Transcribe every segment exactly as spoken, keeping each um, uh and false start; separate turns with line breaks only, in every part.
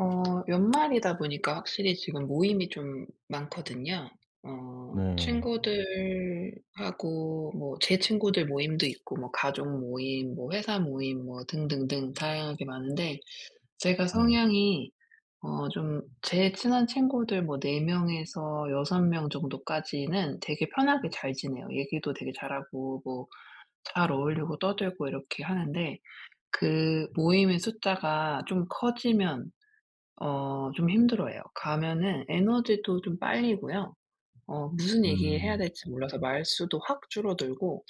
어 연말이다 보니까 확실히 지금 모임이 좀 많거든요. 어
네.
친구들하고 뭐 제 친구들 모임도 있고, 뭐 가족 모임, 뭐 회사 모임, 뭐 등등등 다양하게 많은데, 제가
네.
성향이 어 좀, 제 친한 친구들 뭐 네 명에서 여섯 명 정도까지는 되게 편하게 잘 지내요. 얘기도 되게 잘하고, 뭐 잘 어울리고 떠들고 이렇게 하는데, 그 모임의 숫자가 좀 커지면 어 좀 힘들어해요. 가면은 에너지도 좀 빨리고요. 어 무슨 얘기해야
음.
될지 몰라서 말수도 확 줄어들고,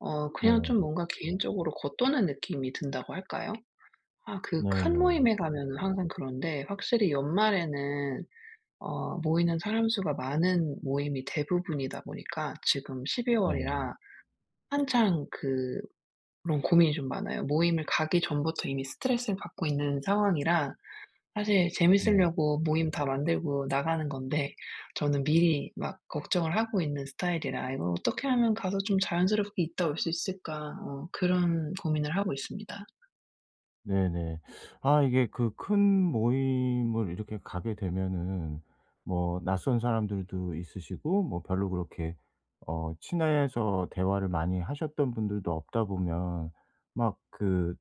어
네.
그냥 좀 뭔가 개인적으로 겉도는 느낌이 든다고 할까요? 아, 그 큰
네네.
모임에 가면은 항상 그런데, 확실히 연말에는 어 모이는 사람 수가 많은 모임이 대부분이다 보니까, 지금 십이
네.
월이라 한창 그 그런 고민이 좀 많아요. 모임을 가기 전부터 이미 스트레스를 받고 있는 상황이라, 사실
네.
재밌으려고 모임 다 만들고 나가는 건데, 저는 미리 막 걱정을 하고 있는 스타일이라, '이걸 어떻게 하면 가서 좀 자연스럽게 있다 올 수 있을까?' 어 그런 고민을 하고 있습니다.
네네. 아 이게 그 큰 모임을 이렇게 가게 되면은 뭐 낯선 사람들도 있으시고 뭐 별로 그렇게 어 친해서 대화를 많이 하셨던 분들도 없다 보면 막 그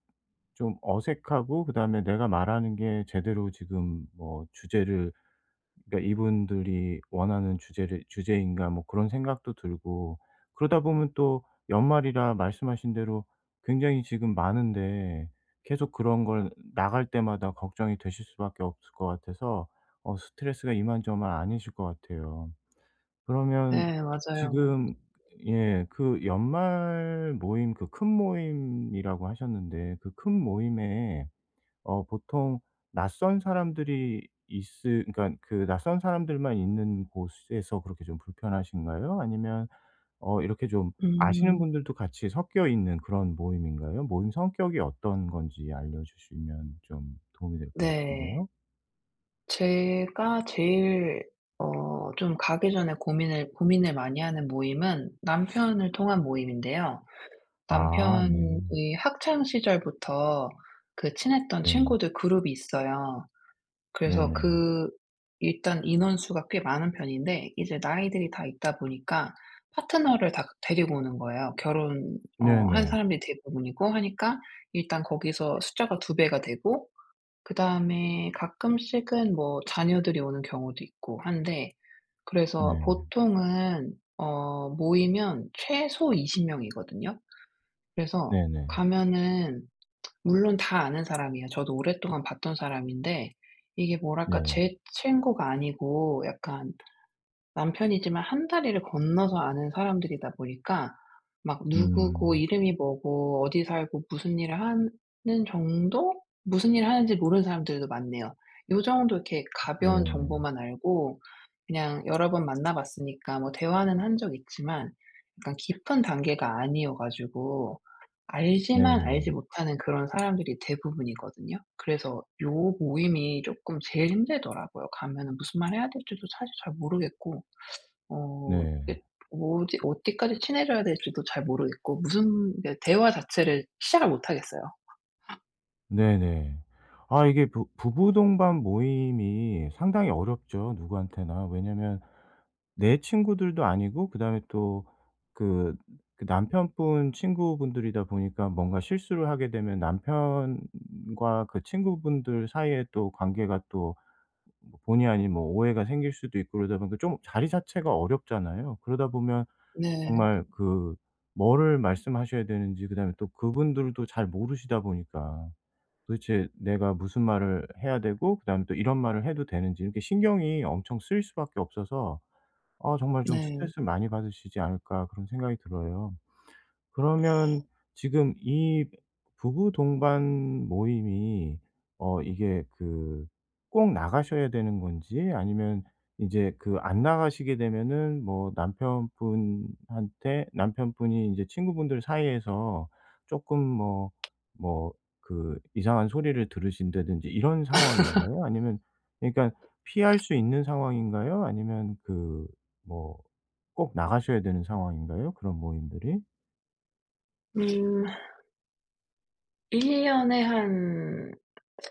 좀 어색하고, 그다음에 내가 말하는 게 제대로 지금 뭐 주제를, 그러니까 이분들이 원하는 주제를, 주제인가 뭐 그런 생각도 들고, 그러다 보면 또 연말이라 말씀하신 대로 굉장히 지금 많은데 계속 그런 걸 나갈 때마다 걱정이 되실 수밖에 없을 것 같아서 어 스트레스가 이만저만 아니실 것 같아요. 그러면
네, 맞아요.
지금 예 그 연말 모임, 그 큰 모임이라고 하셨는데 그 큰 모임에 어 보통 낯선 사람들이 있으 그러니까 그 낯선 사람들만 있는 곳에서 그렇게 좀 불편하신가요? 아니면 어 이렇게 좀 아시는
음.
분들도 같이 섞여 있는 그런 모임인가요? 모임 성격이 어떤 건지 알려주시면 좀 도움이 될 것
네.
같은데요.
제가 제일 어 좀 가기 전에 고민을 고민을 많이 하는 모임은 남편을 통한 모임인데요.
아 네.
남편의 학창 시절부터 그 친했던
네.
친구들 그룹이 있어요. 그래서
네네.
그 일단 인원수가 꽤 많은 편인데, 이제 나이들이 다 있다 보니까 파트너를 다 데리고 오는 거예요. 결혼 어 한
네네.
사람들이 대부분이고 하니까, 일단 거기서 숫자가 두 배가 되고, 그다음에 가끔씩은 뭐 자녀들이 오는 경우도 있고 한데, 그래서
네.
보통은 어 모이면 최소 스무 명이거든요. 그래서
네네.
가면은, 물론 다 아는 사람이에요. 저도 오랫동안 봤던 사람인데, 이게
네. 네,
뭐랄까
네,
제
네,
친구가 아니고, 약간 남편이지만 한 다리를 건너서 아는 사람들이다 보니까, 막 누구고,
음.
이름이 뭐고, 어디 살고, 무슨 일을 하는 정도? 무슨 일을 하는지 모르는 사람들도 많네요. 요 정도 이렇게 가벼운
네.
정보만 알고, 그냥 여러 번 만나 봤으니까 뭐 대화는 한 적 있지만, 약간 깊은 단계가 아니어 가지고, 알지만
네네.
알지 못하는 그런 사람들이 대부분이거든요. 그래서 요 모임이 쪼끔 제일 힘들더라고요. 가면은 무슨 말 해야 될지도 사실 잘 모르겠고, 어
네. 네.
이게 뭐지, 어디까지 친해져야 될지도 잘 모르겠고, 무슨 이게 대화 자체를 시작을 못 하겠어요.
네네. 아 이게 부 부부 동반 모임이 상당히 어렵죠, 누구한테나. 왜냐면 내 친구들도 아니고, 그다음에 또 그 그 남편분 친구분들이다 보니까 뭔가 실수를 하게 되면 남편과 그 친구분들 사이에 또 관계가 또뭐 본의 아닌 뭐 오해가 생길 수도 있고, 그러다 보니까 좀 자리 자체가 어렵잖아요. 그러다 보면
네.
정말 그 뭐를 말씀하셔야 되는지, 그다음에 또 그분들도 잘 모르시다 보니까. 도대체 내가 무슨 말을 해야 되고 그다음에 또 이런 말을 해도 되는지 이렇게 신경이 엄청 쓰일 수밖에 없어서 아 정말 좀
네.
'스트레스를 많이 받으시지 않을까.' 그런 생각이 들어요. 그러면 지금 이 부부 동반 모임이 어 이게 그 꼭 나가셔야 되는 건지, 아니면 이제 그 안 나가시게 되면은 뭐 남편분한테 남편분이 이제 친구분들 사이에서 쪼끔 뭐 뭐 그 이상한 소리를 들으신다든지 이런 상황인가요? 아니면 그러니까 피할 수 있는 상황인가요? 아니면 그 뭐 꼭 나가셔야 되는 상황인가요, 그런 모임들이?
음 일 년에 한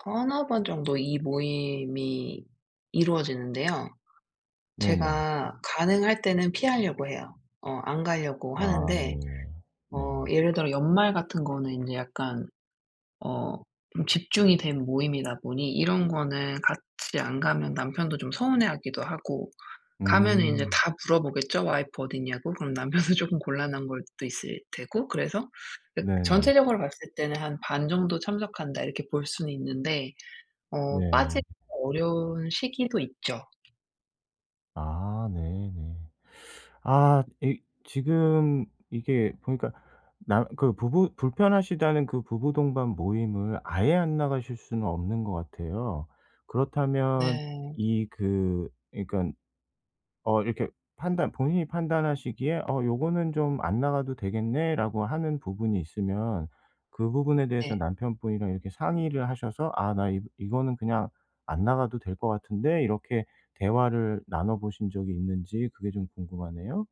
서너 번 정도 이 모임이 이루어지는데요.
네네.
제가 가능할 때는 피하려고 해요. 어 안 가려고
아
하는데,
네. 네.
어 예를 들어 연말 같은 거는 인제 약간 어 좀 집중이 된 모임이다 보니, 이런 거는 같이 안 가면 남편도 좀 서운해하기도 하고, 가면은 인제
음.
다 물어보겠죠. "와이프 어디냐고." 그럼 남편은 쪼끔 곤란한 것도 있을 테고, 그래서 그
네네.
전체적으로 봤을 때는 한 '반 정도 참석한다.' 이렇게 볼 수는 있는데, 어
네.
빠지기 어려운 시기도 있죠.
아 네네. 아 이 지금 이게 보니까 남 그 부부 불편하시다는 그 부부 동반 모임을 아예 안 나가실 수는 없는 것 같아요. 그렇다면
네.
이그그러니까 어 이렇게 판단 본인이 판단하시기에 '어 요거는 좀 안 나가도 되겠네.'라고 하는 부분이 있으면 그 부분에 대해서
네.
남편분이랑 이렇게 상의를 하셔서 "아 나 이 이거는 그냥 안 나가도 될 것 같은데." 이렇게 대화를 나눠 보신 적이 있는지 그게 좀 궁금하네요.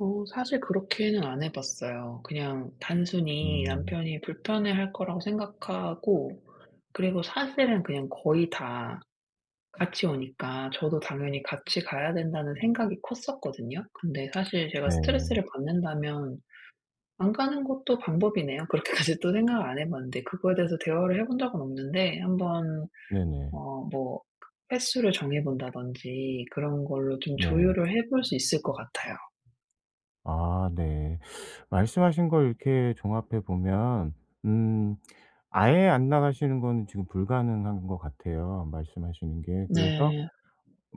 어 사실 그렇게는 안 해 봤어요. 그냥 단순히
음.
남편이 불편해할 거라고 생각하고, 그리고 사실은 그냥 거의 다 같이 오니까 저도 당연히 같이 가야 된다는 생각이 컸었거든요. 근데 사실 제가
네.
스트레스를 받는다면 안 가는 것도 방법이네요. 그렇게까지 또 생각을 안 해 봤는데, 그거에 대해서 대화를 해본 적은 없는데, 한번
네네.
어 뭐 횟수를 정해 본다든지 그런 걸로 좀
네.
조율을 해볼 수 있을 것 같아요.
아 네. 말씀하신 걸 이렇게 종합해 보면 음 아예 안 나가시는 거는 지금 불가능한 것 같아요, 말씀하시는 게. 그래서
네.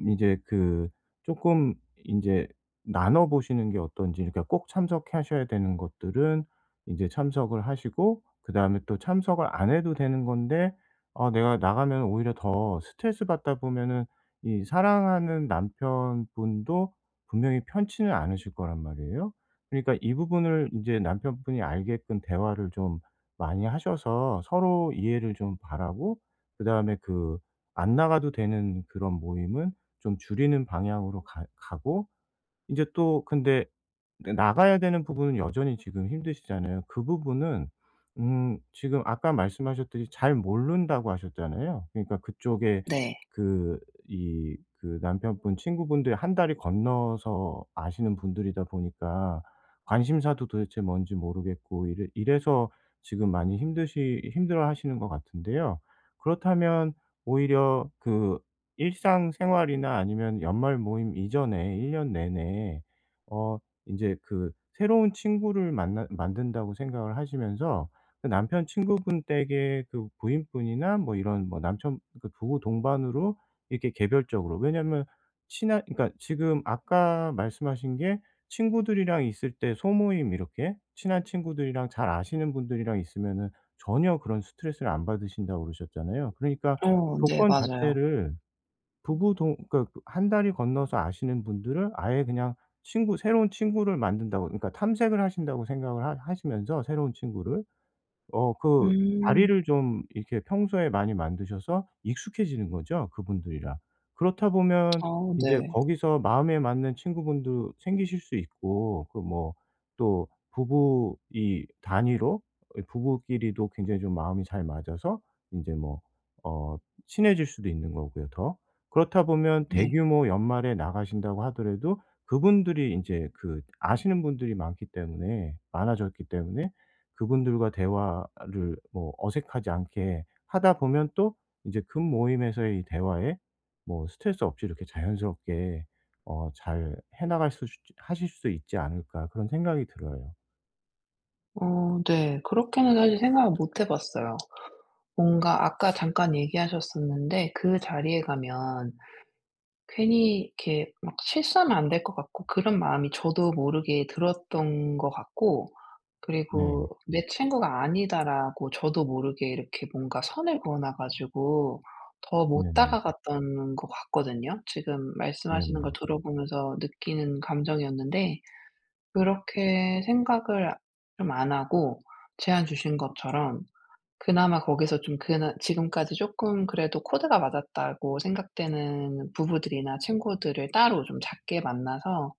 이제 그 조금 인제 나눠 보시는 게 어떤지, 그러니까 꼭 참석하셔야 되는 것들은 인제 참석을 하시고, 그다음에 또 참석을 안 해도 되는 건데 아 내가 나가면 오히려 더 스트레스 받다 보면은 이 사랑하는 남편분도 분명히 편치는 않으실 거란 말이에요. 그러니까 이 부분을 인제 남편분이 알게끔 대화를 좀 많이 하셔서 서로 이해를 좀 바라고, 그다음에 그 안 나가도 되는 그런 모임은 좀 줄이는 방향으로 가 가고 이제 또 근데 근데 나가야 되는 부분은 여전히 지금 힘드시잖아요. 그 부분은 음 지금 아까 말씀하셨듯이 잘 모른다고 하셨잖아요. 그러니까 그쪽에
네.
그 이 그 남편분 친구분들이 한 다리 건너서 아시는 분들이다 보니까 관심사도 도대체 뭔지 모르겠고 이래 이래서 지금 많이 힘드시 힘들어하시는 것 같은데요. 그렇다면 오히려 그 일상생활이나 아니면 연말 모임 이전에 일 년 내내 어 인제 그 새로운 친구를 만나 만든다고 생각을 하시면서 그 남편 친구분 댁의 그 부인분이나 뭐 이런 뭐 남편 그 부부 동반으로 이렇게 개별적으로, 왜냐면 친한, 그러니까 지금 아까 말씀하신 게 친구들이랑 있을 때 소모임 이렇게 친한 친구들이랑 잘 아시는 분들이랑 있으면은 전혀 그런 스트레스를 안 받으신다고 그러셨잖아요. 그러니까
어, 네.
조건
맞아요.
자체를 부부 동 그러니까 그 다리 건너서 아시는 분들을 아예 그냥 친구 새로운 친구를 만든다고, 그러니까 탐색을 하신다고 생각을 하시면서, 새로운 친구를. 어 그
음.
자리를 좀 이렇게 평소에 많이 만드셔서 익숙해지는 거죠, 그분들이랑. 그렇다 보면
어,
인제
네.
거기서 마음에 맞는 친구분도 생기실 수 있고, 그 뭐 또 부부 이 단위로 이 부부끼리도 굉장히 좀 마음이 잘 맞아서 인제 뭐 어 친해질 수도 있는 거고요, 더. 그렇다 보면
네.
대규모 연말에 나가신다고 하더라도 그분들이 인제 그 아시는 분들이 많기 때문에 많아졌기 때문에 그분들과 대화를 뭐 어색하지 않게 하다 보면 또 이제 금 모임에서의 이 대화에 뭐 스트레스 없이 이렇게 자연스럽게 어 잘 해 나갈 수 하실 수 있지 않을까 그런 생각이 들어요.
어, 네. 그렇게는 사실 생각을 못 해 봤어요. 뭔가 아까 잠깐 얘기하셨었는데, 그 자리에 가면 괜히 이렇게 막 실수하면 안 될 것 같고 그런 마음이 저도 모르게 들었던 것 같고,
네.
그리고 '내 친구가 아니다.'라고 저도 모르게 이렇게 뭔가 선을 그어놔 가지고 더 못
네네.
다가갔던 것 같거든요. 지금 말씀하시는
네네.
걸 들어보면서 느끼는 감정이었는데, 그렇게 생각을 좀 안 하고 제안 주신 것처럼, 그나마 거기서 좀 그나 지금까지 쪼끔 그래도 코드가 맞았다고 생각되는 부부들이나 친구들을 따로 좀 작게 만나서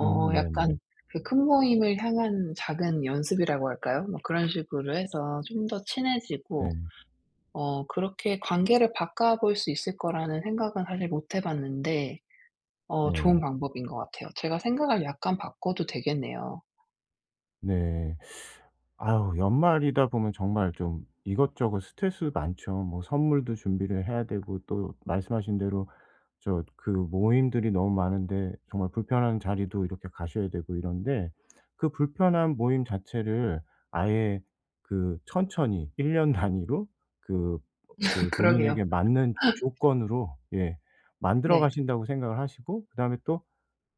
음
약간,
네네.
그 큰 모임을 향한 작은 연습이라고 할까요? 뭐 그런 식으로 해서 좀 더 친해지고,
네.
어 그렇게 관계를 바꿔볼 수 있을 거라는 생각은 사실 못해 봤는데, 어
네.
좋은 방법인 것 같아요. 제가 생각을 약간 바꿔도 되겠네요.
네. 아유 연말이다 보면 정말 좀 이것저것 스트레스 많죠. 뭐 선물도 준비를 해야 되고, 또 말씀하신 대로 저 그 모임들이 너무 많은데 정말 불편한 자리도 이렇게 가셔야 되고, 이런데 그 불편한 모임 자체를 아예 그 천천히 일 년 단위로 그 그
그러게요.
본인에게 맞는 조건으로 예 만들어
네.
가신다고 생각을 하시고, 그다음에 또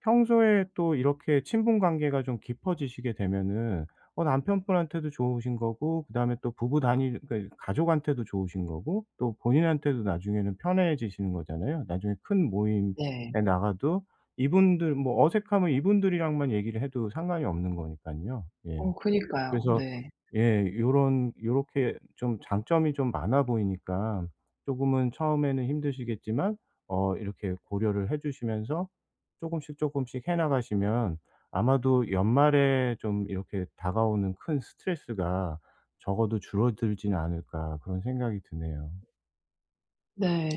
평소에 또 이렇게 친분 관계가 좀 깊어지시게 되면은 어 남편분한테도 좋으신 거고, 그다음에 또 부부 단위 그러니까 가족한테도 좋으신 거고, 또 본인한테도 나중에는 편해지시는 거잖아요. 나중에 큰 모임에
네.
나가도 이분들 뭐 어색하면 이분들이랑만 얘기를 해도 상관이 없는 거니깐요. 예.
어, 그니까요.
그래서
네.
예 요런 요렇게 좀 장점이 좀 많아 보이니까 조금은 처음에는 힘드시겠지만 어 이렇게 고려를 해 주시면서 조금씩 조금씩 해 나가시면 아마도 연말에 좀 이렇게 다가오는 큰 스트레스가 적어도 줄어들진 않을까 그런 생각이 드네요.
네.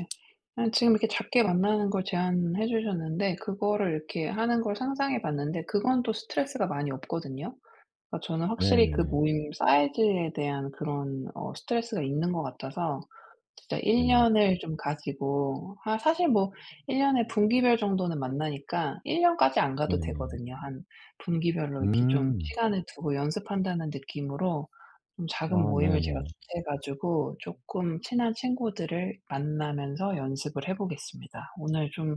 아, 지금 이렇게 작게 만나는 걸 제안해 주셨는데, 그거를 이렇게 하는 걸 상상해 봤는데 그건 또 스트레스가 많이 없거든요. 그러니까 저는 확실히 그
네네.
모임 사이즈에 대한 그런 어 스트레스가 있는 것 같아서, 진짜 일
네.
년을 좀 가지고, 아, 사실 뭐 일 년에 분기별 정도는 만나니까 일 년까지 안 가도
네네.
되거든요. 한 분기별로 이렇게 좀
음.
시간을 두고 연습한다는 느낌으로, 좀 작은
아
모임을 제가
네네.
주최해 가지고 쪼끔 친한 친구들을 만나면서 연습을 해 보겠습니다. 오늘 좀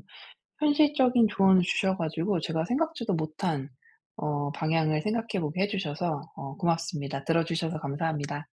현실적인 조언을 주셔 가지고 제가 생각지도 못한 어 방향을 생각해 보게 해 주셔서 어 고맙습니다. 들어 주셔서 감사합니다.